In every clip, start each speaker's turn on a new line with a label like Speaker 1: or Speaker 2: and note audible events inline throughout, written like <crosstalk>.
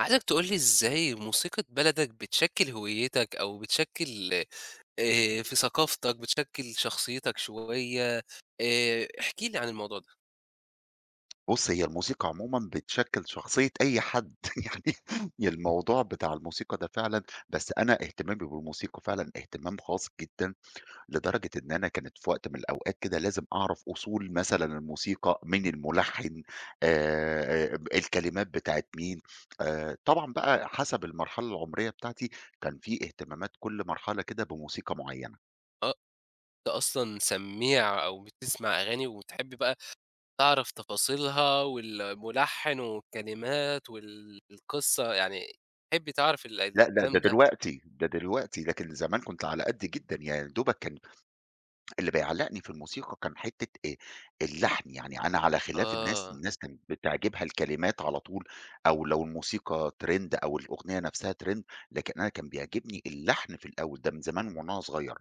Speaker 1: عايزك تقول لي إزاي موسيقى بلدك بتشكِّل هويتك أو بتشكِّل في ثقافتك، بتشكِّل شخصيتك شوية، احكِ لي عن الموضوع ده.
Speaker 2: بُص، هي الموسيقى عمومًا بتشكِّل شخصية أي حد، <laughs> يعني الموضوع بتاع الموسيقى ده فعلًا. بس أنا اهتمامي بالموسيقى فعلًا اهتمام خاص جدًا، لدرجة إن أنا كانت في وقت من الأوقات كده لازم أعرف أصول مثلًا الموسيقى، مين الملحِّن، ب الكلمات بتاعة مين، طبعًا بقى حسب المرحلة العمرية بتاعتي، كان في اهتمامات كل مرحلة كده بموسيقى معيّنة.
Speaker 1: آه، أنت أصلًا سمّيع أو بتسمع أغاني وبتحب بقى تعرف تفاصيلها والمُلحِّن والكلمات وال القصّة، يعني تحب تعرف
Speaker 2: لأ، لأ،
Speaker 1: الكلام ده.
Speaker 2: ده دلوقتي، لكن زمان كنت على قدّي جدًا، يا دوبك كان اللي بيعلّقني في الموسيقى كان حتّة اللحن، يعني أنا على خلاف الناس،
Speaker 1: آه.
Speaker 2: الناس كانت بتعجبها الكلمات على طول، أو لو الموسيقى trend أو الأغنية نفسها trend، لكن أنا كان بيعجبني اللحن في الأول، ده من زمان وأنا صغيّر،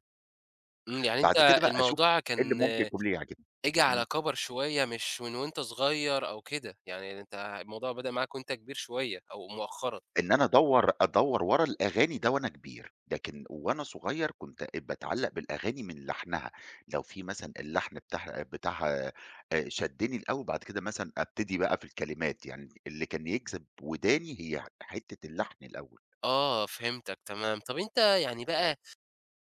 Speaker 1: يعني
Speaker 2: بعد
Speaker 1: أنت
Speaker 2: كده بقى أشوف
Speaker 1: الموضوع
Speaker 2: إيه اللي
Speaker 1: كان
Speaker 2: ممكن يكون لي يعجبني.
Speaker 1: اجي
Speaker 2: إمم.
Speaker 1: على كَبَر شوية مش من وأنت صغير أو كده، يعني أنت الموضوع بدأ معاك وأنت كبير شوية أو مؤخرًا.
Speaker 2: إن أنا أدوّر ورا الأغاني ده وأنا كبير، لكن وأنا صغير كنت باتعلّق بالأغاني من لحنها، لو في مثلًا اللحن بتاعها شدّني الأول بعد كده مثلًا أبتدي بقى في الكلمات، يعني اللي كان يجذب وداني هي حتّة اللحن الأول،
Speaker 1: آه، فهمتك تمام. طَب أنت يعني بقى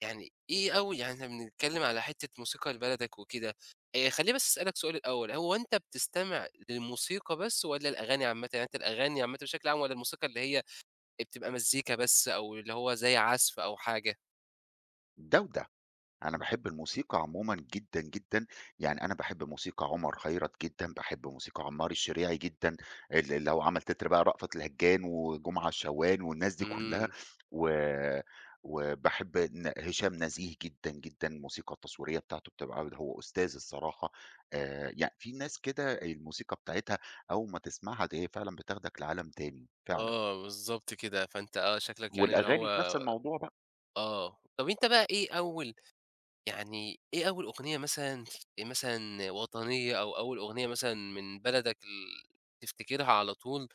Speaker 1: يعني إيه أول يعني إحنا بنتكلم على حتّة موسيقى لبلدك وكده، خلّيني بس أسألك سؤال الأول، هو أنت بتستمع للموسيقى بس والّا الأغاني عامةً؟ يعني أنت الأغاني عامةً بشكل عام والّا الموسيقى اللي هي بتبقى مزيكا بس أو اللي هو زي عزف أو حاجة؟
Speaker 2: ده وده. أنا باحب الموسيقى عمومًا جدًا، جدًا، يعني أنا باحب موسيقى عمر خيرت جدًا، باحب موسيقى عمار الشريعي جدًا، اللي هو عمل تتر بقى رأفت الهجان وجمعة شوال والناس دي كلها،
Speaker 1: إمم،
Speaker 2: و وباحب هشام نزيه جدًا، جدًا، الموسيقى التصويرية بتاعته بتبقى هو أستاذ الصراحة، يعني في ناس كده الموسيقى بتاعتها أول ما تسمعها هي فعلًا بتاخدك لعالم تاني فعلًا،
Speaker 1: آه بالضبط كده. فأنت آه شكلك يعني اللي هو
Speaker 2: والأغاني في نفس الموضوع بقى.
Speaker 1: آه. طَب أنت بقى إيه أول يعني إيه أول أغنية مثلًا ف إيه مثلًا وطنية أو أول أغنية مثلًا من بلدك تفتكرها على طول،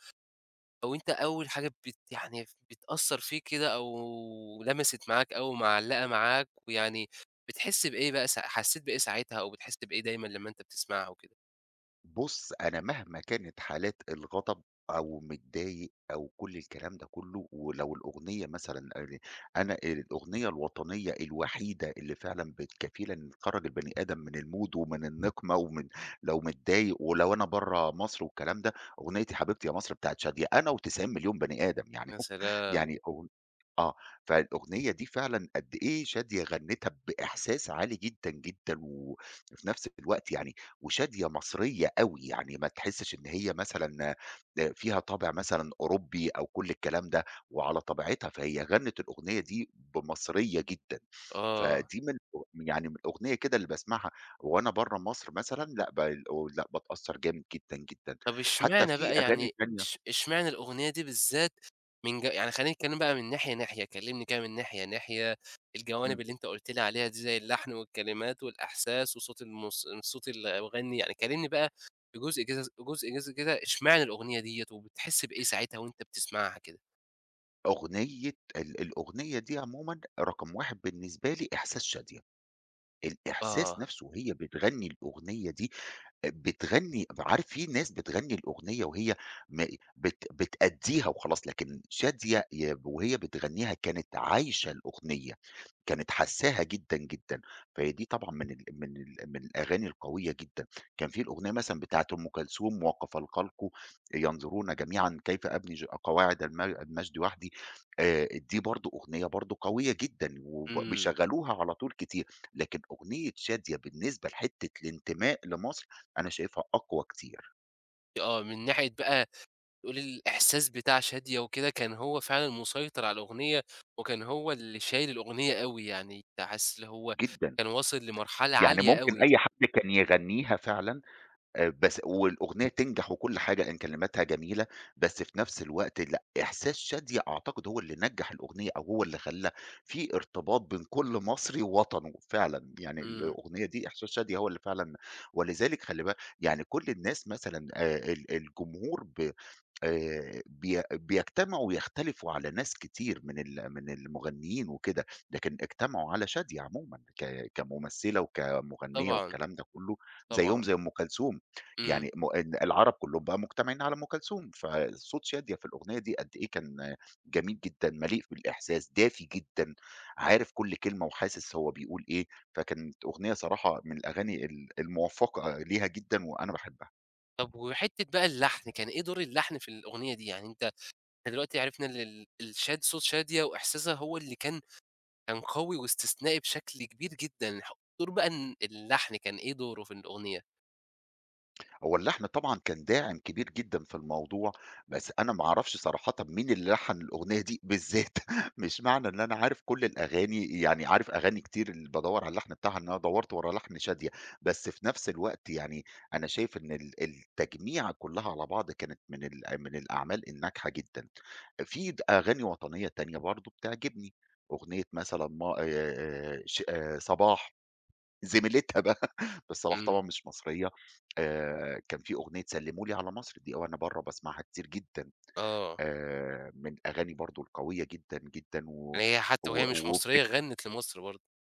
Speaker 1: أو أنت أول حاجة بت يعني ف بتأثّر فيك كده أو لمَسِت معاك أو معلّقة معاك، ويعني بتحس بإيه بقى سا حسّيت بإيه ساعتها أو بتحس بإيه دايمًا لمّا أنت بتسمعها وكده؟
Speaker 2: بُص، أنا مهما كانت حالات الغضب أو متضايق أو كل الكلام ده كله، ولو الأغنية مثلًا أنا الأغنية الوطنية الوحيدة اللي فعلًا كفيلة إن تخرّج البني آدم من المود ومن النقمة ومن لو متضايق ولو أنا برّه مصر والكلام ده، أغنية يا حبيبتي يا مصر بتاعة شادية، أنا و90.000.000 بني آدم يعني
Speaker 1: يا
Speaker 2: <laughs> هو
Speaker 1: سلام!
Speaker 2: يعني آه، فالأغنية دي فعلًا قد إيه شادية غنِّتها بإحساس عالي جدًا، جدًا، وفي نفس الوقت يعني وشادية مصرية أوي، يعني ما تحسّش إن هي مثلًا فيها طابع مثلًا أوروبي أو كل الكلام ده، وعلى طبيعتها، فهي غنّت الأغنية دي بمصرية جدًا.
Speaker 1: آه.
Speaker 2: فدي من يعني من الأغنية كده اللي باسمعها وأنا برّه مصر مثلًا، لأ ب الأو لأ باتأثّر جامد جدًا، جدًا،
Speaker 1: طب
Speaker 2: حتى
Speaker 1: اشمعنى
Speaker 2: في
Speaker 1: بقى
Speaker 2: أغاني
Speaker 1: يعني
Speaker 2: تانية.
Speaker 1: اش اشمعنى الأغنية دي بالذات من ج يعني خلّينا نتكلم بقى من ناحية، كلّمني كده من ناحية
Speaker 2: إمم،
Speaker 1: الجوانب اللي أنت قُلت لي عليها دي زي اللحن والكلمات والإحساس وصوت الموس صوت المغني، يعني كلّمني بقى بجزء كده جزء كده اشمعنى الأغنية ديّة وبتحس بإيه ساعتها وأنت بتسمعها كده؟
Speaker 2: أغنية الأغنية دي عمومًا رقم 1 بالنسبة لي إحساس شادية، الإحساس
Speaker 1: آه،
Speaker 2: نَفْسه وهي بتغنّي الأغنية دي بتغنّي عارف في ناس بتغنّي الأغنية وهي م بت بتأدّيها وخلاص، لكن شادية وهي بتغنّيها كانت عايشة الأغنية، كانت حاسّاها جدًا، جدًا، فهي دي طبعًا من الأغاني القوية جدًا. كان في الأغنية مثلًا بتاعة أم كلثوم: "وقف الخلق ينظرون جميعًا كيف أبني قواعد المجد وحدي." دي برضه أغنية برضه قوية جدًا،
Speaker 1: إمم،
Speaker 2: بيشغّلوها على طول كتير، لكن أغنية شادية بالنسبة لحتّة الانتماء لمصر أنا شايفها أقوى كتير.
Speaker 1: آه، من ناحية بقى تقولي الإحساس بتاع شادية وكده كان هو فعلًا مسيطر على الأغنية، وكان هو اللي شايل الأغنية أوي، يعني كنت حاسس اللي هو
Speaker 2: جدًا،
Speaker 1: كان واصل لمرحلة
Speaker 2: يعني
Speaker 1: عالية
Speaker 2: ممكن
Speaker 1: أوي.
Speaker 2: أي حد كان يغنيها فعلًا، بس والأغنية تنجح وكل حاجة إن كلماتها جميلة، بس في نفس الوقت لأ، إحساس شادية أعتقد هو اللي نجّح الأغنية أو هو اللي خلّى في ارتباط بين كل مصري ووطنه فعلًا، يعني
Speaker 1: إمم،
Speaker 2: الأغنية دي إحساس شادية هو اللي فعلًا. ولذلك خلّي بالك يعني كل الناس مثلًا ال الجمهور ب بي بيجتمعوا ويختلفوا على ناس كتير من المغنيين وكده، لكن اجتمعوا على شادية عمومًا كممثلة وكمغنية
Speaker 1: طبعًا،
Speaker 2: والكلام ده كله،
Speaker 1: طبعًا،
Speaker 2: زيّهم زي أم كلثوم.
Speaker 1: إمم.
Speaker 2: يعني العرب كلّهم بقى مجتمعين على أم كلثوم، فصوت شادية في الأغنية دي قد إيه كان جميل جدًا، مليء بالإحساس، دافي جدًا، عارف كل كلمة وحاسس هو بيقول إيه، فكانت أغنية صراحة من الأغاني الموفقة ليها جدًا وأنا باحبها.
Speaker 1: طب وحتّة بقى اللحن، كان إيه دور اللحن في الأغنية دي؟ يعني أنت إحنا دلوقتي عرفنا إن الشاد صوت شادية وإحساسها هو اللي كان كان قوي واستثنائي بشكل كبير جدًا، ح دور بقى إن اللحن كان إيه دوره في الأغنية؟
Speaker 2: هو اللحن طبعًا كان داعم كبير جدًا في الموضوع، بس أنا ما أعرفش صراحةً مين اللي لحّن الأغنية دي بالذات، <laughs> مش معنى إن أنا عارف كل الأغاني يعني عارف أغاني كتير اللي بادوّر على اللحن بتاعها إن أنا دَوّرت ورا لحن شادية، بس في نفس الوقت يعني أنا شايف إن التجميعة كلّها على بعض كانت من الأعمال الناجحة جدًا. في أغاني وطنية تانية برضه بتعجبني، أغنية مثلًا ما ش صباح. زميلتها بقى <laughs> بس صلاح طبعًا
Speaker 1: إمم،
Speaker 2: مش مصرية. كان في أغنية سلموا لي على مصر دي وأنا برّه باسمعها كتير جدًا،
Speaker 1: آه،
Speaker 2: من الأغاني برضه القوية جدًا، جدًا، و
Speaker 1: يعني هي حتى
Speaker 2: و
Speaker 1: وهي مش
Speaker 2: وب
Speaker 1: مصرية غنِّت لمصر برضه.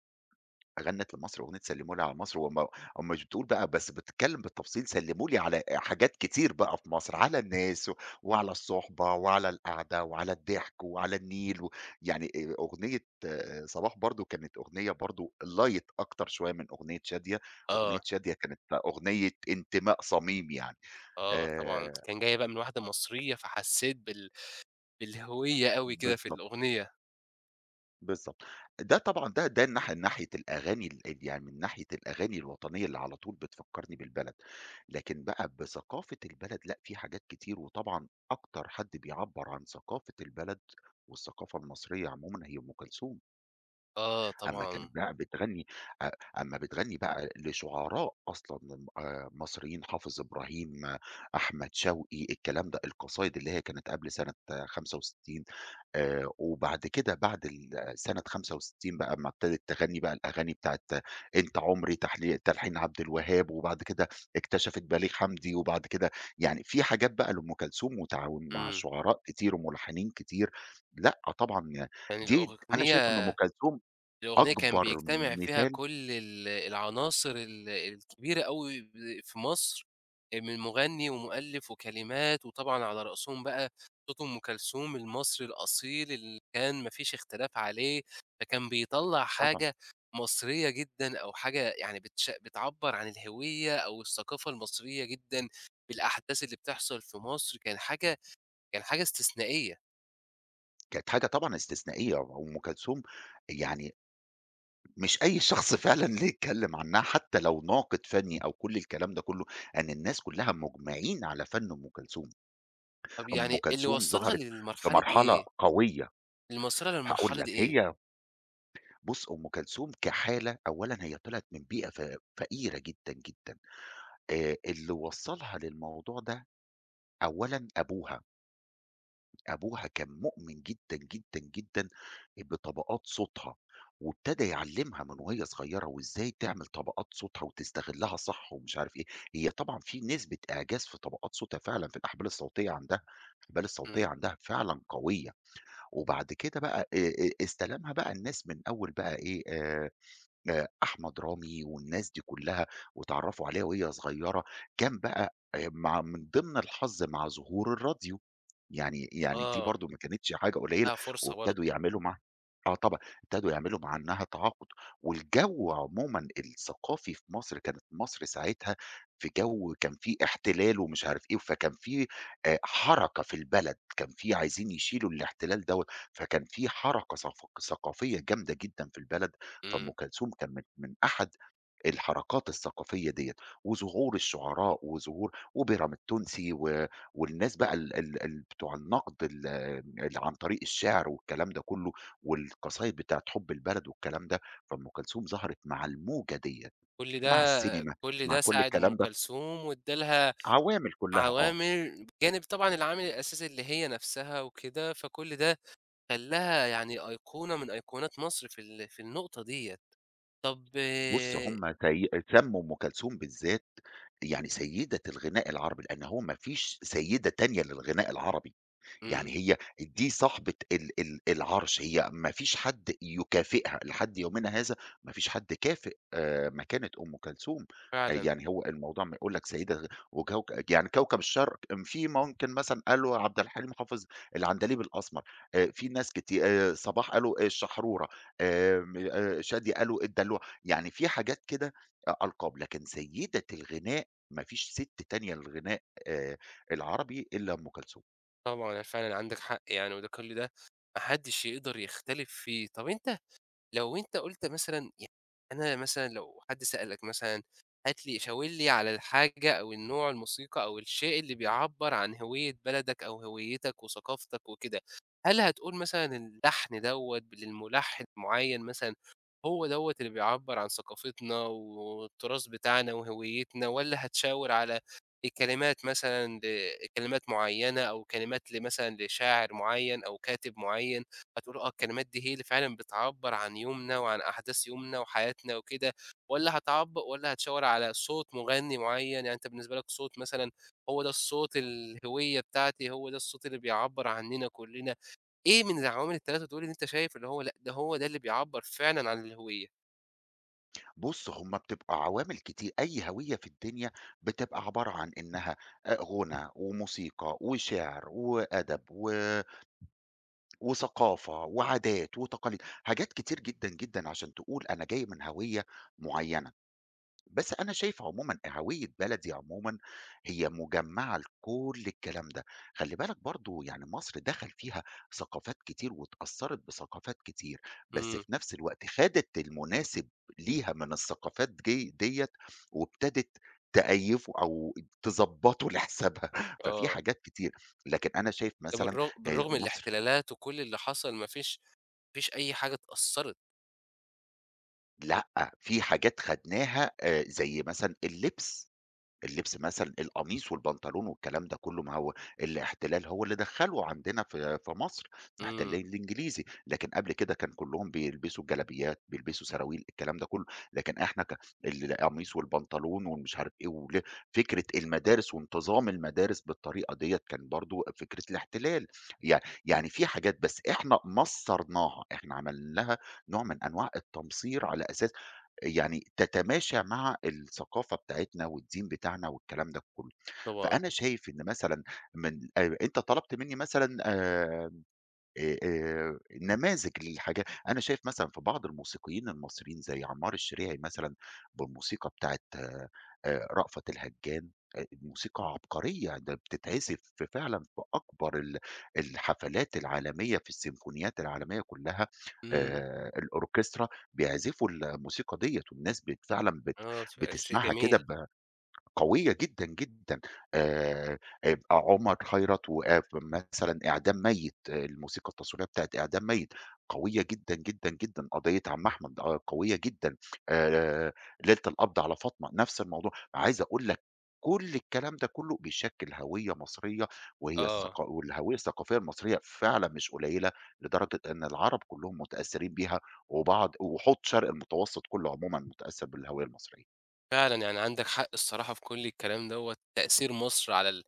Speaker 2: غنّت لمصر أغنية سلّموا لي على مصر، ومش بتقول بقى بس بتتكلّم بالتفصيل سلّموا لي على حاجات كتير بقى في مصر، على الناس وعلى الصُحبة وعلى القعدة وعلى الضحك وعلى النيل و يعني أغنية صباح برضه كانت أغنية برضه light أكتر شوية من أغنية شادية. أغنية
Speaker 1: آه.
Speaker 2: شادية كانت أغنية انتماء صميم يعني.
Speaker 1: آه طبعًا،
Speaker 2: آآ
Speaker 1: كان جاية بقى من واحدة مصرية، فحسّيت بال بالهوية أوي كده في
Speaker 2: بالضبط.
Speaker 1: الأغنية.
Speaker 2: بالضبط. ده طبعًا ده ده الناح ناحية الأغاني ال ال يعني من ناحية الأغاني الوطنية اللي على طول بتفكّرني بالبلد. لكن بقى بثقافة البلد لأ، في حاجات كتير وطبعًا أكتر حد بيعبّر عن ثقافة البلد والثقافة المصرية عمومًا هي أم كلثوم.
Speaker 1: آه
Speaker 2: أمّا كانت
Speaker 1: طبعًا،
Speaker 2: بقى بتغني أ أمّا بتغني بقى لشُعراء أصلًا م مصريين، حافظ إبراهيم، آه، أحمد شوقي، الكلام ده، القصايد اللي هي كانت قبل سنة 65، وبعد كده بعد سنة 65 بقى أمّا ابتدت تغني بقى الأغاني بتاعة أنت عمري تحلي تلحين عبد الوهاب، وبعد كده اكتشفت بليغ حمدي، وبعد كده يعني في حاجات بقى لأم كلثوم وتعاون مع
Speaker 1: إمم،
Speaker 2: شُعراء كتير وملحنين كتير، لأ طبعًا
Speaker 1: يعني
Speaker 2: دي أنا شايف
Speaker 1: الأغنية
Speaker 2: إن أم كلثوم
Speaker 1: الأغنية كان
Speaker 2: أكبر
Speaker 1: بيجتمع فيها
Speaker 2: مثال.
Speaker 1: كل العناصر الكبيرة أوي ب في مصر، من مغني ومؤلف وكلمات، وطبعًا على رأسهم بقى صوت أم كلثوم المصري الأصيل اللي كان ما فيش اختلاف عليه، فكان بيطلّع
Speaker 2: طبعًا،
Speaker 1: حاجة مصرية جدًا أو حاجة يعني بتش بتعبّر عن الهوية أو الثقافة المصرية جدًا بالأحداث اللي بتحصل في مصر، كان حاجة كان حاجة استثنائية.
Speaker 2: كانت حاجة طبعًا استثنائية، وأم كلثوم يعني مش أي شخص فعلًا <laughs> اللي يتكلم عنها حتى لو ناقد فني أو كل الكلام ده كله، إن الناس كلها مجمعين على فن أم كلثوم.
Speaker 1: طب
Speaker 2: أم
Speaker 1: يعني اللي
Speaker 2: كلثوم
Speaker 1: وصّلها
Speaker 2: ظهرت في
Speaker 1: للمرحلة دي
Speaker 2: مرحلة
Speaker 1: إيه؟
Speaker 2: قوية،
Speaker 1: اللي موصّلها
Speaker 2: هاقول
Speaker 1: للمرحلة
Speaker 2: لك
Speaker 1: دي إيه؟
Speaker 2: هي. بُص أم كلثوم كحالة أولًا هي طلعت من بيئة فقيرة جدًا، جدًا، اللي وصّلها للموضوع ده أولًا أبوها. أبوها كان مؤمن جدًا، جدًا، جدًا بطبقات صوتها، وابتدى يعلّمها من وهي صغيرة وإزاي تعمل طبقات صوتها وتستغلّها صح ومش عارف إيه، هي طبعًا في نسبة إعجاز في طبقات صوتها فعلًا في الأحبال الصوتية عندها، الأحبال الصوتية
Speaker 1: إمم.
Speaker 2: عندها فعلًا قوية. وبعد كده بقى استلمها بقى الناس من أول بقى إيه أحمد رامي والناس دي كلّها، واتعرّفوا عليها وهي صغيّرة، كان بقى مع من ضمن الحظ مع ظهور الراديو، يعني دي
Speaker 1: آه،
Speaker 2: برضه ما كانتش حاجة قليّلة.
Speaker 1: لها فرصة
Speaker 2: وابتدوا
Speaker 1: برضه،
Speaker 2: يعملوا مع آه طبعًا، ابتدوا يعملوا مع إنّها تعاقد، والجو عمومًا الثقافي في مصر كانت مصر ساعتها في جو كان فيه احتلال ومش عارف إيه، فكان فيه حركة في البلد، كان فيه عايزين يشيلوا الاحتلال دوّة، فكان فيه حركة ثقافية جامدة جدًا في البلد. فأم
Speaker 1: إمم،
Speaker 2: كلثوم كان من أحد الحركات الثقافية ديّة، وظهور الشعراء وظهور وبيرام التونسي والناس بقى ال ال ال بتوع النقد اللي عن طريق الشعر والكلام ده كله، والقصايد بتاعة حب البلد والكلام ده، فأم كلثوم ظهرت مع الموجة ديّة،
Speaker 1: كل ده
Speaker 2: مع السينما،
Speaker 1: كل
Speaker 2: مع
Speaker 1: ده
Speaker 2: كل
Speaker 1: ساعد أم
Speaker 2: الكلام ده،
Speaker 1: كلثوم وادّى لها
Speaker 2: عوامل كلّها آه.
Speaker 1: عوامل بجانب طبعًا العامل الأساسي اللي هي نفسها وكده، فكل ده خلّاها يعني أيقونة من أيقونات مصر في في النقطة ديّة. طب
Speaker 2: بُص هم سمّوا أم كلثوم بالذات يعني سيدة الغناء العربي، لأن هو ما فيش سيدة تانية للغناء العربي.
Speaker 1: إمم،
Speaker 2: يعني هي دي صاحبة ال العرش، هي ما فيش حد يكافئها، لحد يومنا هذا ما فيش حد كافئ مكانة أم كلثوم،
Speaker 1: فعلًا،
Speaker 2: يعني هو الموضوع ما يقول لك سيدة يعني كوكب الشرق، م في ممكن مثلًا قالوا عبد الحليم حافظ العندليب الأسمر، في ناس كتي صباح قالوا الشحرورة، آمم شادية قالوا الدلوعة، يعني في حاجات كده ألقاب، لكن سيدة الغناء ما فيش سِت تانية للغناء آآ العربي إلا أم كلثوم.
Speaker 1: طبعًا، فعلًا عندك حق يعني وده كل ده ما حدّش يقدر يختلف فيه. طب أنت لو أنت قُلت مثلًا ي أنا مثلًا لو حد سألك مثلًا هات لي شاور لي على الحاجة أو النوع الموسيقى أو الشيء اللي بيعبّر عن هوية بلدك أو هويتك وثقافتك وكده، هل هتقول مثلًا اللحن دوّة للملحن معيّن مثلًا هو دوّة اللي بيعبّر عن ثقافتنا والتراث بتاعنا وهويتنا، والّا هتشاور على الكلمات مثلًا لكلمات معيّنة أو كلمات لمثلًا لشاعر معيّن أو كاتب معيّن؟ هتقولوا آه الكلمات دي هي اللي فعلًا بتعبّر عن يومنا وعن أحداث يومنا وحياتنا وكده، والّا هتعب والّا هتشاور على صوت مغني معيّن، يعني أنت بالنسبة لك صوت مثلًا هو ده الصوت الهوية بتاعتي، هو ده الصوت اللي بيعبّر عننا كلّنا، إيه من العوامل ال3 دول اللي أنت شايف اللي هو لأ ده هو ده اللي بيعبّر فعلًا عن الهوية؟
Speaker 2: بُص، هم بتبقى عوامل كتير، أي هوية في الدنيا بتبقى عبارة عن إنها غُنى وموسيقى وشِعر وأدب وثقافة وعادات وتقاليد، حاجات كتير جدًا، جدًا عشان تقول أنا جاي من هوية معيّنة. بس أنا شايف عمومًا هوية بلدي عمومًا هي مجمّعة لكل الكلام ده، خلّي بالك برضه يعني مصر دخل فيها ثقافات كتير واتأثّرت بثقافات كتير، بس
Speaker 1: إمم،
Speaker 2: في نفس الوقت خدت المناسب ليها من الثقافات ديّة وابتدت تأيّفه أو تضبّطه لحسابها، <laughs> ففي
Speaker 1: آه،
Speaker 2: حاجات كتير، لكن أنا شايف
Speaker 1: ده
Speaker 2: مثلًا
Speaker 1: بالرغم من
Speaker 2: مصر
Speaker 1: الاحتلالات وكل اللي حصل ما فيش ما فيش أي حاجة اتأثّرت،
Speaker 2: لأ، في حاجات خدناها زي مثلًا اللبس. اللبس مثلًا القميص والبنطلون والكلام ده كُلّه ما هو الاحتلال هو اللي دخّله عندنا في في مصر، الاحتلال
Speaker 1: إمم،
Speaker 2: الإنجليزي، لكن قبل كده كان كُلّهم بيلبسوا جلابيات، بيلبسوا سراويل، الكلام ده كُلّه، لكن إحنا القميص والبنطلون والمش عارف إيه فكرة المدارس وانتظام المدارس بالطريقة ديّة كان برضه فكرة الاحتلال، يع يعني في حاجات بس إحنا مصّرناها، إحنا عملنا لها نوع من أنواع التمصير على أساس يعني تتماشى مع الثقافة بتاعتنا والدين بتاعنا والكلام ده كله.
Speaker 1: طبعًا،
Speaker 2: فأنا شايف إن مثلًا من أنت طلبت منّي مثلًا نماذج للحاجات. أنا شايف مثلًا في بعض الموسيقيين المصريين زي عمار الشريعي مثلًا بالموسيقى بتاعة رأفت الهجان، موسيقى عبقرية، ده بتتعزف فعلًا في أكبر الحفلات العالمية، في السيمفونيات العالمية كلّها،
Speaker 1: إمم،
Speaker 2: الأوركسترا بيعزفوا الموسيقى ديّة والناس فعلًا
Speaker 1: آه، ف شيء
Speaker 2: بتسمعها كده
Speaker 1: جميل،
Speaker 2: قوية جدًا، جدًا، آآ، عمر خيرت وآآ مثلًا إعدام ميّت، آه، الموسيقى التصويرية بتاعة إعدام ميّت قوية جدًا، جدًا، جدًا، قضية عم أحمد قوية جدًا، آآ ليلة القبض على فاطمة نفس الموضوع، عايز أقول لك كل الكلام ده كله بيشكل هوية مصرية، وهي
Speaker 1: آه.
Speaker 2: والهوية الثقافية المصرية فعلًا مش قليلة، لدرجة إن العرب كلهم متأثرين بيها، وحوض شرق المتوسط كله عمومًا متأثر بالهوية المصرية،
Speaker 1: فعلًا، يعني عندك حق الصراحة في كل الكلام دوّة، تأثير مصر على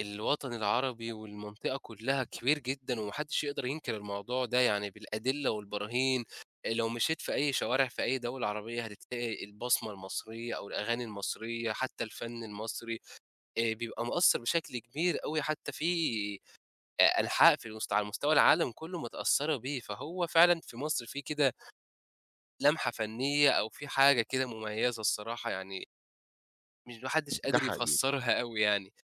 Speaker 1: الوطن العربي والمنطقة كلّها كبير جدًا، وما حدش يقدر ينكر الموضوع ده يعني بالأدلة والبراهين، لو مشيت في أي شوارع في أي دولة عربية هتلاقي البصمة المصرية أو الأغاني المصرية، حتى الفن المصري بيبقى مأثّر بشكل كبير أوي حتى في أ أنحاء في المست على مستوى العالم كلّه متأثّرة بيه، فهو فعلًا في مصر في كده لمحة فنية أو في حاجة كده مميزة الصراحة يعني مش ما حدش
Speaker 2: ده
Speaker 1: قادر
Speaker 2: حقيقي.
Speaker 1: يفسّرها أوي يعني،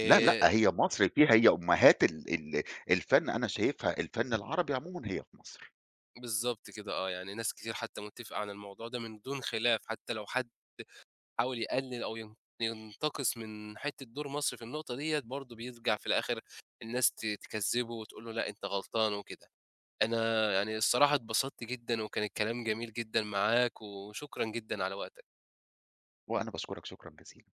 Speaker 2: لأ، لأ، هي مصر فيها هي أمهات ال ال الفن أنا شايفها الفن العربي عمومًا هي في مصر.
Speaker 1: بالضبط كده آه، يعني ناس كتير حتى متّفقة على الموضوع ده من دون خلاف، حتى لو حد حاول يقلل أو ين ينتقص من حتّة دور مصر في النقطة ديّة، برضه بيرجع في الآخر الناس ت تكذّبه وتقول له لأ أنت غلطان وكده. أنا يعني الصراحة اتبسطت جدًا وكان الكلام جميل جدًا معاك، وشكرًا جدًا على وقتك.
Speaker 2: وأنا باشكرك شكرًا جزيلًا.